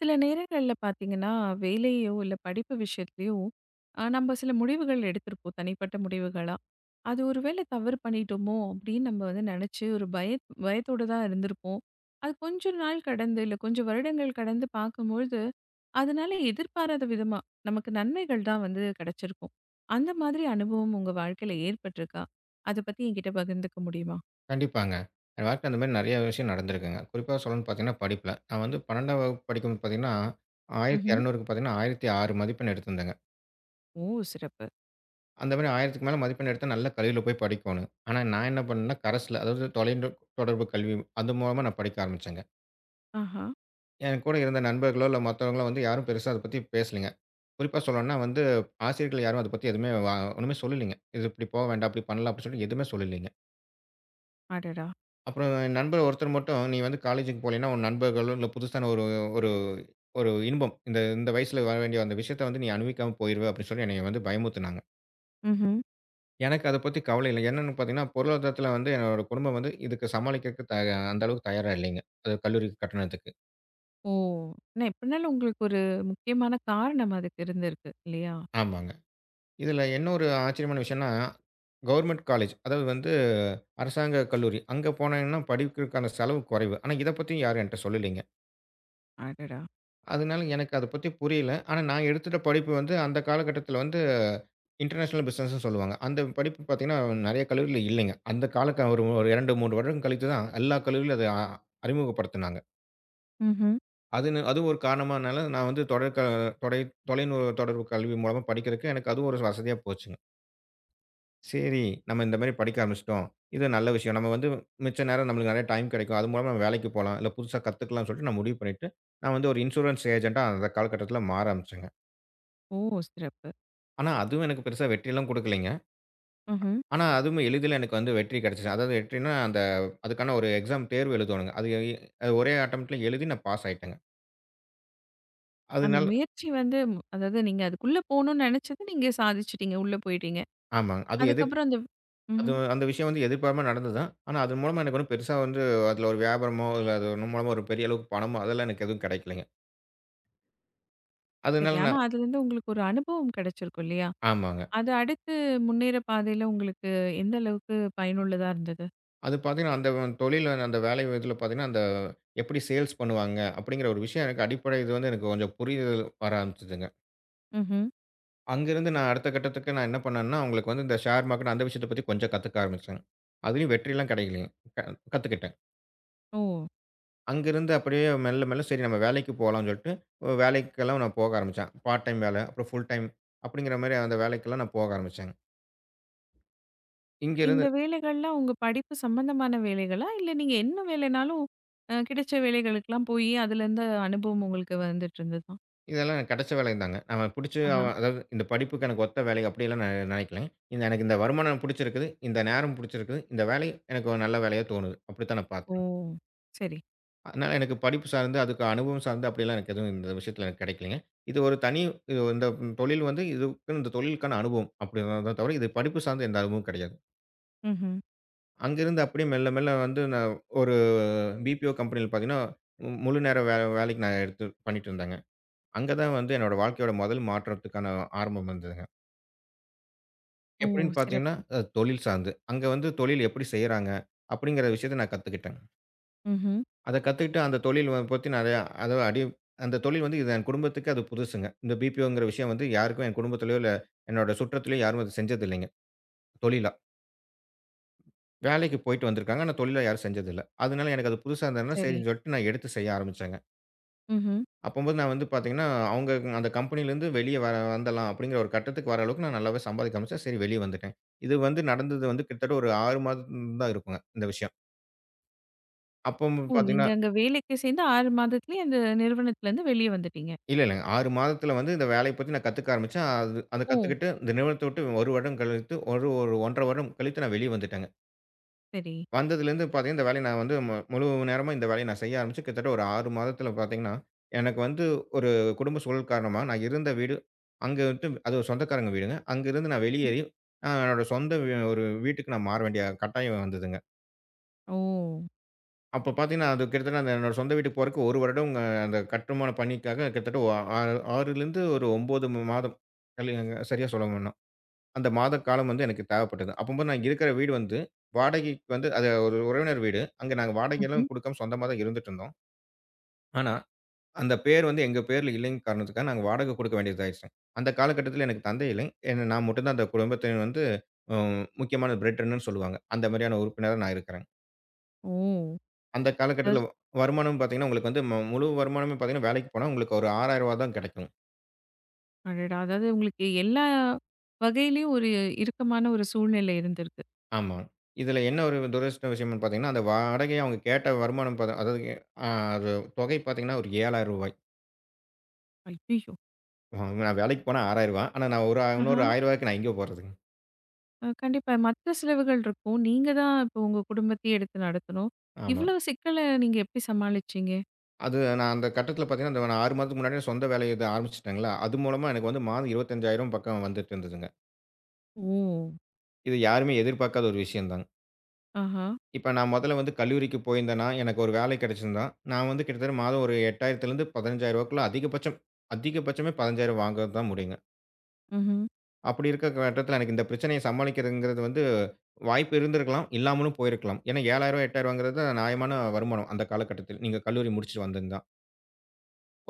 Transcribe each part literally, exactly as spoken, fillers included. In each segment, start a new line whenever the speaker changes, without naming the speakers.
சில நேரங்கள்ல பார்த்தீங்கன்னா, வேலையோ இல்ல படிப்பு விஷயத்துலயோ, அ நம்ம சில முடிவுகள் எடுத்திருப்போம் தனிப்பட்ட முடிவுகளா. அது ஒரு வேளை தவறு பண்ணிட்டோமோ அப்படின்னு நம்ம வந்து நெனச்சு ஒரு பய பயத்தோட தான் இருந்திருப்போம். அது கொஞ்ச நாள் கடந்து இல்ல கொஞ்சம் வருடங்கள் கடந்து பார்க்கும்பொழுது, அதனால எதிர்பாராத விதமா நமக்கு நன்மைகள் தான் வந்து கெடைச்சிருக்கும். அந்த மாதிரி அனுபவம் உங்க வாழ்க்கையில ஏற்பட்டிருக்கா? அத பத்தி என்கிட்ட பகிர்ந்துக்க முடியுமா?
கண்டிப்பாங்க. என் வாழ்க்கையில அந்த மாரி நெறைய விஷயம் நடந்திருக்குங்க. குறிப்பா சொல்லணும்னு பார்த்தீங்கன்னா, படிப்புல. நான் வந்து பன்னிரண்டாம் வகுப்பு படிக்கும்போது பார்த்தீங்கன்னா,
ம்ஹ்ம்.
ஆயிரத்தி இருநூறுக்கு பார்த்தீங்கன்னா, ஆயிரத்தி ஆறு மதிப்பெண் எடுத்திருந்தேங்க.
ஓ! சிறப்பு.
அந்த மாரி ஆயிரத்துக்கு மேல மதிப்பெண் எடுத்தா நல்ல கல்லூரியில போய் படிக்கோணும். ஆனா நான் என்ன பண்ணேன்னா, கரஸ்ல அதாவது தொலைந்த தொடர்பு கல்வி அது மூலமா நான் படிக்க ஆரம்பிச்சேங்க.
ஆஹா!
என் கூட இருந்த நண்பர்களோ, இல்ல மத்தவங்களோ வந்து யாரும் பெருசா அத பத்தி பேசலங்க. குறிப்பா சொல்லணும்னா வந்து ஆசிரியர்கள் யாரும் அத பத்தி எதுவுமே வ ஒண்ணுமே சொல்லலீங்க. இது இப்படி போக வேண்டாம், அப்படி பண்ணலாம் அப்படின்னு சொல்லி எதுவுமே சொல்லலீங்க.
அடடா!
அப்புறம் என் நண்பர் ஒருத்தர் மட்டும், "நீ வந்து காலேஜுக்கு போலேன்னா, உன் நண்பர்களோ இல்ல புதுசான ஒரு ஒரு ஒரு இன்பம். இந்த இந்த வயசுல வர வேண்டிய அந்த விஷயத்த வந்து நீ அனுபவிக்காம போயிருவ." அப்படின்னு சொல்லி என்னைய வந்து பயமுறுத்துனாங்க.
ம்.
எனக்கு அத பத்தி கவலை இல்ல. என்னன்னு பார்த்தீங்கன்னா, பொருளாதாரத்துல வந்து என்னோட குடும்பம் வந்து இதுக்கு சமாளிக்கிறதுக்கு த அந்த அளவுக்கு தயாரா இல்லைங்க. அது கல்லூரி கட்டணத்துக்கு.
ஓ! ஆனா எப்படினாலும் உங்களுக்கு ஒரு முக்கியமான காரணம் அதுக்கு இருந்திருக்கு இல்லையா?
ஆமாங்க. இதுல என்ன ஒரு ஆச்சரியமான விஷயம்ன்னா, கவர்மெண்ட் காலேஜ், அதாவது வந்து அரசாங்க கல்லூரி. அங்க போனேன்னா படிக்கிறதுக்கான செலவு குறைவு. ஆனா இத பத்தி யாரும் என்ட்ட சொல்லலைங்க.
அடடா!
அதனால எனக்கு அத பத்தி புரியல. ஆனா நான் எடுத்துட்ட படிப்பு வந்து அந்த காலகட்டத்தில வந்து இன்டர்நேஷனல் பிசினஸ்ன்னு சொல்லுவாங்க. அந்த படிப்பு பார்த்தீங்கன்னா, நெறைய கல்லூரியில இல்லைங்க. அந்த காலக்க ஒரு ஒரு இரண்டு, மூன்று வருடம் கழித்து தான் எல்லா கல்லூரியிலும் அத அ அறிமுகப்படுத்துனாங்க.
ம்ஹ்ம்.
அதுன்னு அது ஒரு காரணமானால நான் வந்து தொடர் க தொடை தொலைநூ தொடர்பு கல்வி மூலமா படிக்கிறதுக்கு எனக்கு அதுவும் ஒரு வசதியா போச்சுங்க. சரி, நம்ம இந்த மாரி படிக்க ஆரம்பிச்சுட்டோம். இது நல்ல விஷயம். நம்ம வந்து மிச்ச நேரம் நம்மளுக்கு நெறைய டைம் கிடைக்கும். அது மூலமா நம்ம வேலைக்கு போலாம். இல்ல புதுசா கத்துக்கலாம்னு சொல்லிட்டு நான் முடிவு பண்ணிட்டு, நான் வந்து ஒரு இன்சூரன்ஸ் ஏஜென்ட்டா அந்த காலகட்டத்தில மாற ஆரம்பிச்சேங்க.
ஓ! சிறப்பு.
ஆனா, அதுவும் எனக்கு பெருசா வெற்றிலாம் குடுக்கலைங்க.
ம்ஹ்ம்.
ஆனா, அதுவும் எளிதில எனக்கு வந்து வெற்றி கெடைச்சுச்சு. அதாவது வெற்றின்னா, அந்த அதுக்கான ஒரு எக்ஸாம் தேர்வு எழுதணுங்க. அது எ அது ஒரே அட்டெம்ப்ட்ல எழுதி நான் பாஸ் ஆயிட்டேங்க.
அந்த
அதனால
முயற்சி வந்து மு- அதாவது நீங்க அதுக்குள்ள போணும்னு நினைச்சது நீங்க சாதிச்சுட்டீங்க. உள்ள போயிட்டீங்க.
ஆமாங்க. அது எதிர்
அதுக்கப்புறம் அந்த
அது
ம்ஹ்ம்.
அந்த விஷயம் வந்து எதிர்பாராம நடந்தது தான். ஆனா, அது மூலமா எனக்கு ஒண்ணும் பெருசா வந்து அதில ஒரு வியாபாரமோ, இல்ல அது ஒண்ணு மூலமா ஒரு பெரிய அளவுக்கு பணமோ, அதெல்லாம் எனக்கு எதுவும் கெடைக்கலைங்க.
சரி.
அதனால
ஆனா
நான்
அதுலருந்து உங்களுக்கு ஒரு அனுபவம் கிடைச்சிருக்கும் இல்லையா?
ஆமாங்க.
அது அடுத்து முன்னேற பாதையில உங்களுக்கு எந்த அளவுக்கு பயனுள்ளதா இருந்தது?
அது பார்த்தீங்கன்னா, அந்த தொழில் அந்த வேலை இதில பார்த்தீங்கன்னா, அந்த எப்படி சேல்ஸ் பண்ணுவாங்க? அப்படிங்கிற ஒரு விஷயம் எனக்கு அடிப்படை இது வந்து எனக்கு கொஞ்சம் புரிதல் வர ஆரம்பிச்சதுங்க.
ம்ஹ்ம்.
அங்கருந்து நான் அடுத்த கட்டத்துக்கு நான் என்ன பண்ணேன்னா, அவங்களுக்கு வந்து இந்த ஷேர் மார்க்கெட் அந்த விஷயத்த பத்தி கொஞ்சம் கத்துக்க ஆரம்பிச்சேன். அதுலயும் வெற்றிலாம் கிடைக்கலங்க. க கத்துக்கிட்டேன்.
ஓ!
அங்கருந்து அப்படியே மெல்ல மெல்ல சரி நம்ம வேலைக்கு போலாம்ன்னு சொல்லிட்டு, அஹ் வேலைக்கெல்லாம் நான் போக ஆரம்பிச்சேன். பார்ட் டைம் வேலை, அப்புறம் ஃபுல் டைம் அப்படிங்கிற மாரி அந்த வேலைக்கெல்லாம் நான் போக ஆரம்பிச்சேங்க.
இந்த
இங்கருந்து
வேலைகள்லாம் உங்க படிப்பு சம்பந்தமான வேலைகளா? இல்ல நீங்க என்ன வேலைனாலும் அ கிடைச்ச வேலைகளுக்கெல்லாம் போயி அதுலேருந்து அனுபவம் உங்களுக்கு வந்துட்டு இருந்ததா?
இதெல்லாம் எனக்கு கிடைச்ச வேலைதாங்க. நம்ம புடிச்சு
ஆஹா.
அதாவது இந்த படிப்புக்கு எனக்கு ஒத்த வேலை அப்படியெல்லாம் நான் நினைக்கலங்க. இந்த எனக்கு இந்த வருமானம் புடிச்சிருக்குது, இந்த நேரம் புடிச்சிருக்குது, இந்த வேலை எனக்கு ஒரு நல்ல வேலையா தோணுது. அப்படித்தான் நான்
ஓ!
பார்த்தேன்.
சரி.
அதனால எனக்கு படிப்பு சார்ந்து, அதுக்கு அனுபவம் சார்ந்து அப்படிலாம் எனக்கு எதுவும் இந்த விஷயத்துல எனக்கு கிடைக்கலைங்க. இது ஒரு தனி இது இந்த தொழில் வந்து இதுக்குன்னு இந்த தொழிலுக்கான அனுபவம் அப்படிங்கிறத தவிர, இது படிப்பு சார்ந்த எந்த அனுபவமும் கிடையாது.
ம்ஹ்ம்.
அங்கிருந்து அப்படியே மெல்ல மெல்ல வந்து நான் ஒரு பிபிஓ கம்பெனியில பார்த்தீங்கன்னா, மு- முழு நேர வே வேலைக்கு நான் எடுத்து பண்ணிட்டு இருந்தேங்க. அங்க தான் வந்து என்னோட வாழ்க்கையோட முதல் மாற்றத்துக்கான ஆரம்பம் வந்ததுங்க.
ஓ!
எப்படின்னு பார்த்தீங்கன்னா,
சிறப்பு.
அ தொழில் சார்ந்து. அங்க வந்து தொழில் எப்படி செய்றாங்க? அப்படிங்கிற விஷயத்த நான் கத்துக்கிட்டேங்க.
ம்ஹ்ம்.
அத கத்துக்கிட்டு அந்த தொழில் வ பத்தி நெறையா அதாவது அடி அந்த தொழில் வந்து இது என் குடும்பத்துக்கு அது புதுசுங்க. இந்த பிபிஓங்கிற விஷயம் வந்து யாருக்கும் என் குடும்பத்திலயோ, இல்ல என்னோட சுற்றத்திலயோ யாரும் அது செஞ்சதில்லைங்க, தொழிலா. வேலைக்கு போயிட்டு வந்திருக்காங்க. ஆனா தொழிலா யாரும் செஞ்சதில்ல. அதனால எனக்கு அது புதுசா இருந்ததுனால
சரி.
சரின்னு சொல்லிட்டு நான் எடுத்து செய்ய ஆரம்பிச்சேங்க.
ம்ஹ்ம்.
அப்பம்போது நான் வந்து பாத்தீங்கன்னா, அவங்க அந்த கம்பெனிலேருந்து வெளிய வர வந்துரலாம் அப்படிங்கிற ஒரு கட்டத்துக்கு வர அளவுக்கு நான் நல்லாவே சம்பாதிக்க ஆரம்பிச்சேன். சரி வெளிய வந்துட்டேன். இது வந்து நடந்தது வந்து கிட்டத்தட்ட ஒரு ஆறு மாதம் தான் இருக்குங்க இந்த விஷயம். அப்போ
ஓ!
பாத்தீங்கன்னா
நீங்க அங்க வேலைக்கு சேர்ந்து ஆறு மாதத்திலேயே அந்த நிறுவனத்துலேருந்து வெளிய வந்துட்டீங்க.
இல்ல, இல்லங்க. ஆறு மாதத்துல வந்து இந்த வேலைய பத்தி நான் கத்துக்க ஆரம்பிச்சேன். அது அத
ஓ!
கத்துக்கிட்டு இந்த நிறுவனத்த விட்டு ஒரு வருடம் கழித்து ஒரு ஒரு ஒன்று அரை வருடம் கழித்து நான் வெளிய வந்துட்டேங்க.
சரி.
வந்ததுலேருந்து பார்த்தீங்கன்னா, இந்த வேலைய நான் வந்து மு முழு நேரமா இந்த வேலைய நான் செய்ய ஆரம்பிச்சு கிட்டத்தட்ட ஒரு ஆறு மாதத்துல பார்த்தீங்கன்னா, எனக்கு வந்து ஒரு குடும்ப சூழல் காரணமா நான் இருந்த வீடு, அங்க விட்டு அது ஒரு சொந்தக்காரங்க வீடுங்க. அங்கருந்து நான்
ம்.
வெளியேறி, நான் என்னோட சொந்த வீ ஒரு வீட்டுக்கு நான் மாற வேண்டிய கட்டாயம் வந்ததுங்க.
ஓ!
அப்ப பார்த்தீங்கன்னா, அது கிட்டத்தட்ட அந்த என்னோட சொந்த வீட்டுக்கு போறதுக்கு ஒரு வருடம் அங்க அந்த கட்டுமான பணிக்காக கிட்டத்தட்ட ஒ ஆறு 6லேருந்து ஒரு ஒன்பது மாதம். இல்லைங்க சரியா சொல்லணும்னா. அந்த மாத காலம் வந்து எனக்கு தேவைப்பட்டது. அப்பம்போது நான் இருக்கிற வீடு வந்து வாடகைக்கு வந்து அது ஒரு உறவினர் வீடு. அங்க நாங்க
ம்ஹ்ம்.
வாடகைலாம் குடுக்காம சொந்தமா தான் இருந்துட்டு இருந்தோம். ஆனா, அந்த பேர் வந்து எங்க பேர்ல இல்லைங்கிற காரணத்துக்காக நாங்க வாடகை குடுக்க வேண்டியதா ஆயிடுச்சு. அந்த காலகட்டத்தில எனக்கு தந்தை இல்லை. ஏன்னா நான் மட்டும் தான் அந்த குடும்பத்தின் வந்து ம் முக்கியமான பிரெட் அண்ணன்னு சொல்லுவாங்க. அந்த மாரியான உறுப்பினரா நான் இருக்கிறேன்.
ஓ!
அந்த
அதாவது
காலகட்டத்தில வ வருமானம் பார்த்தீங்கன்னா, உங்களுக்கு வந்து ம முழு வருமானமே பார்த்தீங்கன்னா, வேலைக்கு போனா உங்களுக்கு ஒரு ரூ. ஆறாயிரம் தான் கிடைக்கும்.
அடடா! அதாவது உங்களுக்கு எல்லா வகையிலயும் ஒரு இறுக்கமான ஒரு சூழ்நிலை இருந்திருக்கு.
ஆமா. இதில என்ன ஒரு துரதிர்ஷ்ட விஷயம்னு பார்த்தீங்கன்னா, அந்த வாடகை அவங்க கேட்ட வருமானம் பாத்தா அதாவது அ அது தொகை பார்த்தீங்கன்னா, ஒரு ரூ.
ஐயய்யோ!
ஏழாயிரம் நான் வேலைக்கு போனா ரூ. ஆறாயிரம் ஆனா நான் ஒரு ஆ-
ஆஹா.
இன்னொரு ரூ. ஆயிரத்துக்கு நான் எங்கே போறதுங்க?
அ கண்டிப்பா. மத்த செலவுகள் இருக்கும். நீங்க தான் இப்போ உங்க குடும்பத்தையே எடுத்து நடத்தணும்.
ஆமா.
இவ்வளவு சிக்கல நீங்க எப்படி சமாளிச்சீங்க?
அது நான் அந்த கட்டத்தில பார்த்தீங்கன்னா, அந்த நான் ஆறு மாதத்துக்கு முன்னாடியே சொந்த வேலைய இத ஆரம்பிச்சுட்டேங்களா, அது மூலமா எனக்கு வந்து மாதம் இருபத்தி ஐந்தாயிரம் பக்கம் வந்துட்டு இருந்ததுங்க.
ஓ!
இது யாருமே எதிர்பார்க்காத ஒரு விஷயம் தாங்க.
ஆஹா.
இப்ப நான் மொதல்ல வந்து கல்லூரிக்கு போயிருந்தேன்னா, எனக்கு ஒரு வேலை கிடைச்சிருந்தா, நான் வந்து கிட்டத்தட்ட மாதம் ஒரு 8,000லேருந்து 15,000க்குள்ள அதிகபட்சம் அதிகபட்சமே பதினைந்தாயிரம் வாங்கறது தான் முடியுங்க.
ம்ஹ்ம்.
அப்படி இருக்க கட்டத்துல எனக்கு இந்த பிரச்சனைய சமாளிக்கிறதுங்கிறது வந்து வாய்ப்பு இருந்திருக்கலாம், இல்லாமலும் போயிருக்கலாம். ஏன்னா ரூ. ஏழாயிரம் ரூ. 8,000ங்கிறது நியாயமான வருமானம் அந்த காலகட்டத்தில். நீங்க கல்லூரி முடிச்சுட்டு வந்திருந்தா.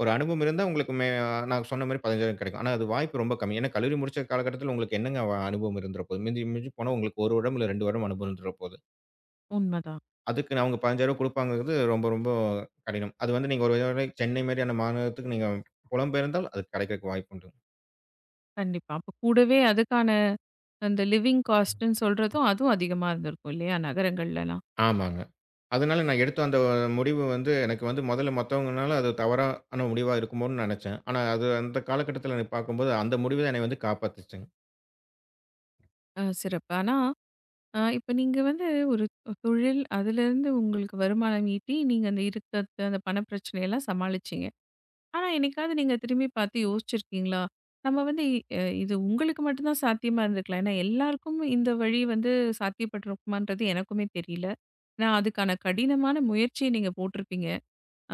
ஒரு அனுபவம் இருந்தா உங்களுக்கு மே நான் சொன்ன மாரி பதினைந்தாயிரம் கிடைக்கும். ஆனா அது வாய்ப்பு ரொம்ப கம்மி. ஏன்னா கல்லூரி முடிச்ச காலகட்டத்துல உங்களுக்கு என்னங்க வ அனுபவம் இருந்துற போகுது. மிஞ்சி மிஞ்சி போனா உங்களுக்கு ஒரு வருடம் இல்ல ரெண்டு வருடம் அனுபவம் இருந்துற போகுது.
உண்மதான்.
அதுக்கு அவங்க ரூ. பதினைந்தாயிரம் குடுப்பாங்கங்கிறது ரொம்ப, ரொம்ப கடினம். அது வந்து நீங்க ஒரு வேளை சென்னை மாரியான மாநகரத்துக்கு நீங்க புலம்பெயர்ந்தால் அது கிடைக்கிறக்கு வாய்ப்புண்டு.
கண்டிப்பா. அப்ப கூடவே அதுக்கான அந்த லிவிங் காஸ்ட்ன்னு சொல்றதும் அதுவும் அதிகமா இருந்திருக்கும் இல்லையா? நகரங்கள்லலாம்.
ஆமாங்க. அதனால நான் எடுத்த அந்த முடிவு வந்து எனக்கு வந்து முதல்ல மத்தவங்கனால அது தவறான முடிவா இருக்குமோன்னு நெனச்சேன். ஆனா அது அந்த காலகட்டத்தில எனக்கு பார்க்கும்போது அந்த முடிவு தான் என்னைய வந்து காப்பாத்துச்சுங்க.
அ சிறப்பு. ஆனா, அ இப்ப நீங்க வந்து ஒரு தொழில் அதுலேருந்து உங்களுக்கு வருமானம் ஈட்டி, நீங்க அந்த இருக்கத்த அந்த பண பிரச்சனையெல்லாம் சமாளிச்சீங்க. ஆனா, என்னைக்காவது நீங்க திரும்பி பார்த்து யோசிச்சிருக்கீங்களா? நம்ம வந்து அ இது உங்களுக்கு மட்டும் தான் சாத்தியமா இருந்திருக்கலாம். ஏன்னா, எல்லாருக்கும் இந்த வழி வந்து சாத்தியப்பட்டிருக்குமான்றது எனக்குமே தெரியல. நான் அதுக்கான கடினமான முயற்சிய நீங்க போட்டிருப்பீங்க.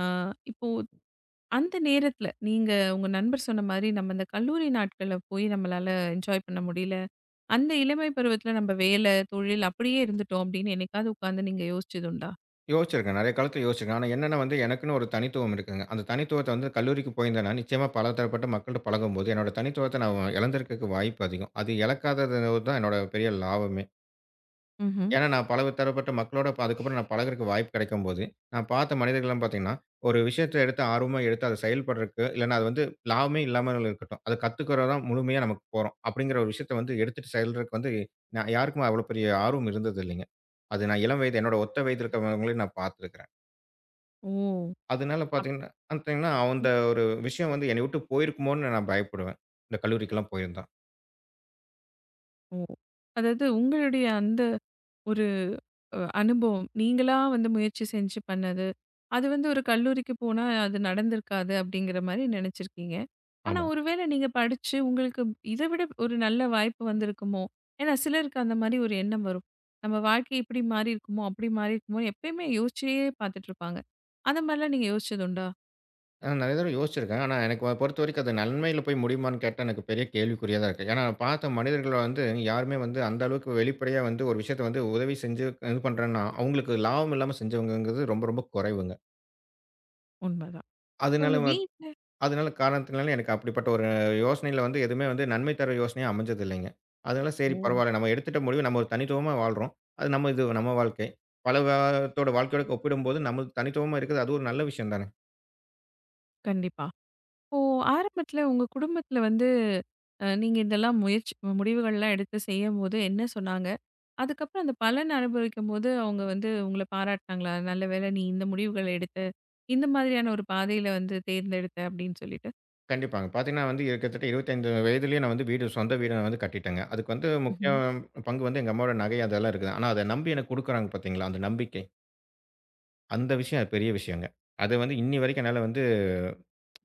அ இப்போ அந்த நேரத்துல நீங்க உங்க நண்பர் சொன்ன மாரி நம்ம இந்த கல்லூரி நாட்கள்ல போய் நம்மளால என்ஜாய் பண்ண முடியல. அந்த இளமை பருவத்துல நம்ம வேலை, தொழில் அப்படியே இருந்துட்டோம் அப்படின்னு என்னைக்காவது உட்கார்ந்து நீங்க யோசிச்சதுண்டா?
யோசிச்சிருக்கேன். நெறைய காலத்தில யோசிச்சிருக்கேன். ஆனா என்னன்னா வந்து எனக்குன்னு ஒரு தனித்துவம் இருக்குங்க. அந்த தனித்துவத்த வந்து கல்லூரிக்கு போயிருந்தேன்னா, நிச்சயமா பல தரப்பட்ட மக்கள்ட்ட பழகும்போது என்னோட தனித்துவத்த நான் இழந்திருக்கக்கு வாய்ப்பு அதிகம். அது இழக்காதது தான் என்னோட பெரிய லாபமே!
ம்ஹ்ம்.
ஏன்னா, நான் பல தரப்பட்ட மக்களோட ப அதுக்கப்புறம் நான் பழகுறதுக்கு வாய்ப்பு கிடைக்கும்போது, நான் பார்த்த மனிதர்கள்லாம் பார்த்தீங்கன்னா, ஒரு விஷயத்த எடுத்து ஆர்வமா எடுத்து அதை செயல்படுறதுக்கு, இல்லன்னா அது வந்து லாபமே இல்லாம இருக்கட்டும். அதை கத்துக்கிறோம் தான் முழுமையா நமக்கு போறோம். அப்படிங்கிற ஒரு விஷயத்த வந்து எடுத்துட்டு செல்றதுக்கு வந்து, நான் யாருக்கும் அவ்வளோ பெரிய ஆர்வம் இருந்தது இல்லைங்க. அது நான் இளம் வயது என்னோட ஒத்த வயதில இருக்கிறவங்களையும் நான் பார்த்துருக்கிறேன்.
ஓ!
அதனால பார்த்தீங்கன்னா பார்த்தீங்கன்னா, அந்த ஒரு விஷயம் வந்து என்னை விட்டு போயிருக்குமோன்னு நான் பயப்படுவேன். இந்த கல்லூரிக்கெல்லாம் போயிருந்தா.
அப்போ அதாவது உங்களுடைய அந்த ஒரு அ அனுபவம். நீங்களா வந்து முயற்சி செஞ்சு பண்ணது. அது வந்து ஒரு கல்லூரிக்கு போனா அது நடந்திருக்காது அப்படிங்கிற மாரி நெனச்சிருக்கீங்க. ஆனா
ஆமா.
ஒருவேளை நீங்க படிச்சு உங்களுக்கு இத விட ஒரு நல்ல வாய்ப்பு வந்திருக்குமோ? ஏன்னா சிலருக்கு அந்த மாரி ஒரு எண்ணம் வரும். நம்ம வாழ்க்கை இப்படி மாறியிருக்குமோ, அப்படி மாறியிருக்குமோ எப்பயுமே யோசிச்சே பார்த்துட்டு இருப்பாங்க. அந்த மாரிலாம் நீங்க யோசிச்சது உண்டா?
ஆ நிறைய தடவ யோசிச்சிருக்கேன். ஆனா, எனக்கு பொறுத்தவரைக்கும் அது நன்மையில போய் முடியுமான்னு கேட்டா, எனக்கு பெரிய கேள்விக்குறியா தான் இருக்கு. ஏன்னா, நான் பார்த்த மனிதர்கள வந்து யாருமே வந்து அந்த அளவுக்கு வெளிப்படையா வந்து ஒரு விஷயத்த வந்து உதவி செஞ்சு இது பண்றேன்னா, அவங்களுக்கு லாபம் இல்லாம செஞ்சவங்கங்கிறது ரொம்ப ரொம்ப குறைவுங்க.
உண்மதான்.
அதனால
உங்க
வ
வீட்ல
அதனால காரணத்தினால எனக்கு அப்படிப்பட்ட ஒரு யோசனையில வந்து எதுவுமே வந்து நன்மை தர யோசனையா அமைஞ்சது இல்லைங்க. அதனால
ஓ!
சரி பரவால்ல. நம்ம எடுத்துட்ட முடிவு நம்ம ஒரு தனித்துவமா வாழ்றோம். அது நம்ம இது நம்ம வாழ்க்கை. பல பேத்தோட வாழ்க்கையோட ஒப்பிடும்போது நம்ம தனித்துவமா இருக்கிறது அது ஒரு நல்ல விஷயம் தானே!
கண்டிப்பா. இப்போ ஆரம்பத்துல உங்க குடும்பத்துல வந்து அ நீங்க இதெல்லாம் முயற்சி முடிவுகள்லாம் எடுத்து செய்யும்போது என்ன சொன்னாங்க? அதுக்கப்புறம் அந்த பலன் அனுபவிக்கும்போது, அவங்க வந்து உங்கள பாராட்டுனாங்களா? "நல்ல வேளை நீ இந்த முடிவுகள எடுத்த. இந்த மாதிரியான ஒரு பாதையில வந்து தேர்ந்தெடுத்த." அப்படின்னு சொல்லிட்டு.
கண்டிப்பாங்க. பார்த்தீங்கன்னா வந்து இது கிட்டத்தட்ட இருபத்தி ஐந்து வயதிலேயே நான் வந்து வீடு சொந்த வீடு நான் வந்து கட்டிட்டேங்க. அதுக்கு வந்து முக்கிய
ம்ஹ்ம்.
பங்கு வந்து எங்க அம்மாவோட நகை அதெல்லாம் இருக்குது. ஆனா அத நம்பி எனக்கு குடுக்குறாங்க பார்த்தீங்களா, அந்த நம்பிக்கை. அந்த விஷயம் அது பெரிய விஷயங்க. அது வந்து இன்னி வரைக்கும் என்னால வந்து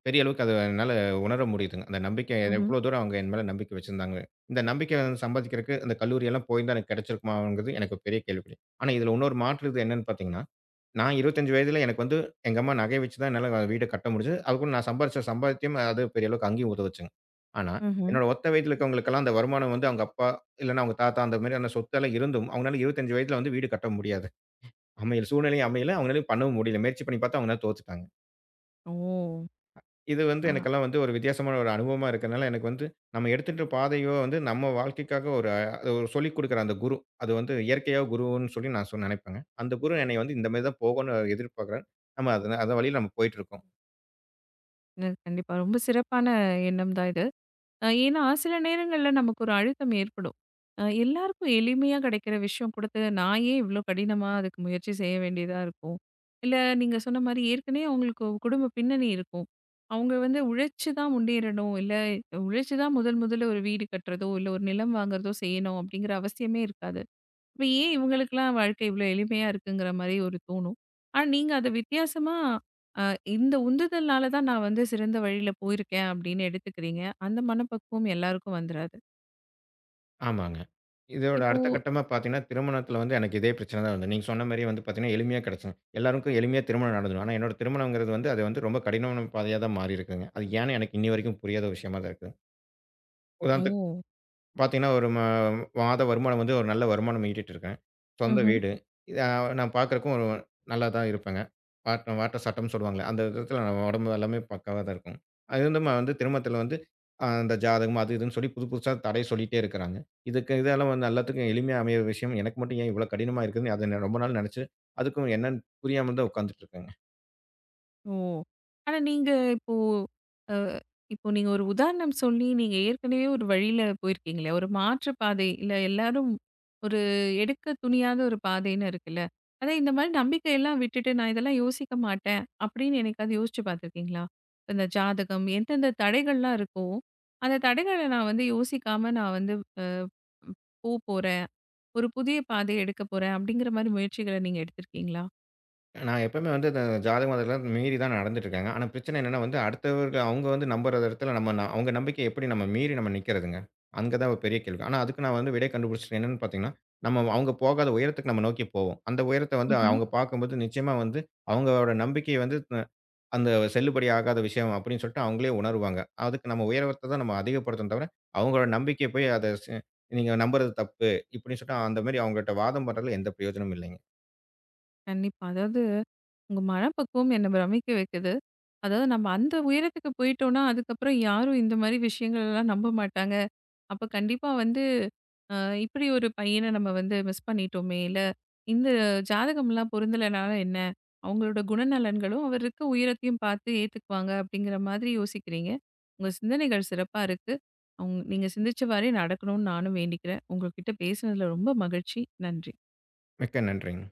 பெரிய அளவுக்கு அத என்னால உணர முடியுதுங்க. அந்த நம்பிக்கை
ம்ஹ்ம்.
எவ்வளோ தூரம் அவங்க என் மேல நம்பிக்கை வச்சிருந்தாங்க. இந்த நம்பிக்கைய வந்து சம்பாதிக்கிறக்கு அந்த கல்லூரியெல்லாம் போயிருந்தா எனக்கு கிடைச்சிருக்குமாங்கிறது எனக்கு ஒரு பெரிய கேள்விக்குறி. ஆனா இதுல இன்னொரு மாற்று இது என்னன்னு பார்த்தீங்கன்னா நான் இருபத்தி ஐந்து வயதில எனக்கு வந்து எங்க அம்மா நகைய வச்சு தான் என்னால வீட கட்ட முடிஞ்சது. அதுக்கூட நான் சம்பாரிச்ச சம்பாத்தியம் அது பெரிய அளவுக்கு அங்கேயும் உதவுச்சுங்க. ஆனா,
ம்ஹ்ம்.
என்னோட ஒத்த வயதில இருக்கிறவங்களுக்கெல்லாம் அந்த வருமானம் வந்து அவங்க அப்பா, இல்லன்னா அவங்க தாத்தா அந்த மாதிரியான சொத்தெல்லாம் இருந்தும், அவங்கனால இருபத்தி ஐந்து வயதில வந்து வீடு கட்ட முடியாது. அமையல சூழ்நிலையும் அமையல. அவங்களாலயும் பண்ணவும் முடியல. முயற்சி பண்ணி பார்த்தா அவங்கனால தோத்துட்டாங்க.
ஓ!
இது வந்து
ஆ.
எனக்கெல்லாம் வந்து ஒரு வித்தியாசமான ஒரு அனுபவமா இருக்கனால, எனக்கு வந்து நம்ம எடுத்துட்டு பாதையோ வந்து நம்ம வாழ்க்கைக்காக ஒரு அது ஒரு சொல்லிக் குடுக்குற அந்த குரு. அது வந்து இயற்கையா குருன்னு சொல்லி நான் சொ நெனைப்பேங்க. அந்த குரு என்னைய வந்து இந்த மாரி தான் போகோன்னு எதிர்பார்க்குறாரு. நம்ம அதன அத வழியில நம்ம போயிட்டுருக்கோம்.
ந கண்டிப்பா. ரொம்ப சிறப்பான எண்ணம் தான் இது. அ ஏன்னா, சில நேரங்கள்ல நமக்கு ஒரு அழுத்தம் ஏற்படும். அ எல்லாருக்கும் எளிமையா கிடைக்கிற விஷயம் கொடுத்து, நான் ஏன் இவ்ளோ கடினமா அதுக்கு முயற்சி செய்ய வேண்டியதா இருக்கும்? இல்ல நீங்க சொன்ன மாரி ஏற்கனவே அவங்களுக்கு ஒரு குடும்ப பின்னணி இருக்கும். அவங்க வந்து உழைச்சு தான் முன்னேறணும், இல்ல உழைச்சு தான் முதல் முதல்ல ஒரு வீடு கட்டுறதோ, இல்ல ஒரு நிலம் வாங்குறதோ செய்யணும் அப்படிங்கிற அவசியமே இருக்காது. இப்ப ஏன் இவங்களுக்கெல்லாம் வாழ்க்கை இவ்வளோ எளிமையா இருக்குங்கிற மாரி ஒரு தோணும். ஆனா நீங்க அத வித்தியாசமா, அ இந்த உந்துதல்னால தான் நான் வந்து சிறந்த வழியில போயிருக்கேன் அப்படின்னு எடுத்துக்கிறீங்க. அந்த மனப்பக்குவம் எல்லாருக்கும் வந்துராது.
ஆமாங்க. இதோட
இப்போ
அடுத்த கட்டமா பார்த்தீங்கன்னா, திருமணத்தில வந்து எனக்கு இதே பிரச்சனை தான் வந்தது. நீங்க சொன்ன மாரியே வந்து பார்த்தீங்கன்னா, எளிமையா கிடைச்சுங்க. எல்லாருக்கும் எளிமையா திருமணம் நடந்துரும். ஆனா என்னோட திருமணம்ங்கிறது வந்து அது வந்து ரொம்ப கடினமான பாதையா தான் மாறியிருக்குங்க. அது ஏன்னு எனக்கு இன்னி வரைக்கும் புரியாத விஷயமா தான் இருக்கு.
ஓ!
உதாரணத்துக்கு பார்த்தீங்கன்னா, ஒரு ம மாத வருமானம் வந்து ஒரு நல்ல வருமானம் ஈட்டிட்டு இருக்கேன். சொந்த
ம்ஹ்ம்.
வீடு. இத நான் பார்க்கறக்கும் ஒரு நல்லா தான் இருப்பேங்க. வாட்ட வாட்ட சட்டம்ன்னு சொல்லுவாங்கல்ல. அந்த விதத்தில நம்ம உடம்பு எல்லாமே பக்காவா தான் இருக்கும். அது வந்து நம்ம வந்து திருமணத்தில வந்து அ அந்த ஜாதகம் அது இதுன்னு சொல்லி புது புதுசா தடை சொல்லிட்டே இருக்கிறாங்க. இதுக்கு இதெல்லாம் வந்து எல்லாத்துக்கும் எளிமையா அமையிற விஷயம். எனக்கு மட்டும் ஏன் இவ்வளோ கடினமா இருக்குதுன்னு அத நான் ரொம்ப நாள் நெனச்சு, அதுக்கும் என்னன்னு புரியாம தான் உட்காந்துட்டு இருக்கேங்க.
ஓ! ஆனா நீங்க இப்போ அ இப்போ நீங்க ஒரு உதாரணம் சொல்லி, நீங்க ஏற்கனவே ஒரு வழியில போயிருக்கீங்களே, ஒரு மாற்று பாதை இல்ல எல்லாரும் ஒரு எடுக்க துணியாத ஒரு பாதைன்னு இருக்குல்ல. அதான் இந்த மாரி நம்பிக்கையெல்லாம் விட்டுட்டு, நான் இதெல்லாம் யோசிக்க மாட்டேன் அப்படின்னு என்னைக்காவது யோசிச்சு பார்த்துருக்கீங்களா? இந்த ஜாதகம் எந்தெந்த தடைகள்லாம் இருக்கோ, அந்த தடைகள நான் வந்து யோசிக்காம நான் வந்து அ போ போறேன். ஒரு புதிய பாதைய எடுக்க போறேன் அப்படிங்கிற மாரி முயற்சிகள நீங்க எடுத்திருக்கீங்களா?
நான் எப்பவுமே வந்து இந்த ஜாதகம் அதெல்லாம் மீறி தான் நடந்துட்டுருக்கேங்க. ஆனா பிரச்சனை என்னன்னா வந்து, அடுத்தவங்க அவங்க வந்து நம்புற இடத்துல நம்ம ந அவங்க நம்பிக்கைய எப்படி நம்ம மீறி நம்ம நிற்கிறதுங்க? அங்க தான் ஒரு பெரிய கேள்வி. ஆனா அதுக்கு நான் வந்து விடை கண்டுபிடிச்சது என்னன்னு பார்த்தீங்கன்னா, நம்ம அவங்க போகாத உயரத்துக்கு நம்ம நோக்கி போவோம். அந்த உயரத்த வந்து
ம்ஹ்ம்.
அவங்க பார்க்கும்போது நிச்சயமா வந்து அவங்களோட நம்பிக்கை வந்து அ அந்த செல்லுபடி ஆகாத விஷயம் அப்படின்னு சொல்லிட்டு அவங்களே உணருவாங்க. அதுக்கு நம்ம உயரத்த தான் நம்ம அதிகப்படுத்தணும் தவிர, அவங்களோட நம்பிக்கைய போய் அத ச "நீங்க நம்புறது தப்பு" இப்படின்னு சொல்லிட்டு அந்த மாரி அவங்ககிட்ட வாதம் பண்றதுல எந்த பிரயோஜனமும் இல்லைங்க.
கண்டிப்பா. அதாவது உங்க மனப்பக்குவம் என்ன பிரமிக்க வைக்குது. அதாவது நம்ம அந்த உயரத்துக்கு போயிட்டோம்னா, அதுக்கப்புறம் யாரும் இந்த மாரி விஷயங்கள்லாம் நம்ப மாட்டாங்க. அப்ப கண்டிப்பா வந்து, அ இப்படி ஒரு பையன நம்ம வந்து மிஸ் பண்ணிட்டோமே! இல்ல இந்த ஜாதகம்லாம் பொருந்தலனால என்ன? அவங்களோட குணநலன்களும், அவர் இருக்க உயரத்தையும் பார்த்து ஏத்துக்குவாங்க அப்படிங்கிற மாதிரி யோசிக்கிறீங்க. உங்க சிந்தனைகள் சிறப்பா இருக்கு. உங் நீங்க சிந்திச்சவாறே நடக்கணும்னு நானும் வேண்டிக்கிறேன். உங்ககிட்ட பேசினதுல ரொம்ப மகிழ்ச்சி. நன்றி.
மிக்க நன்றிங்க.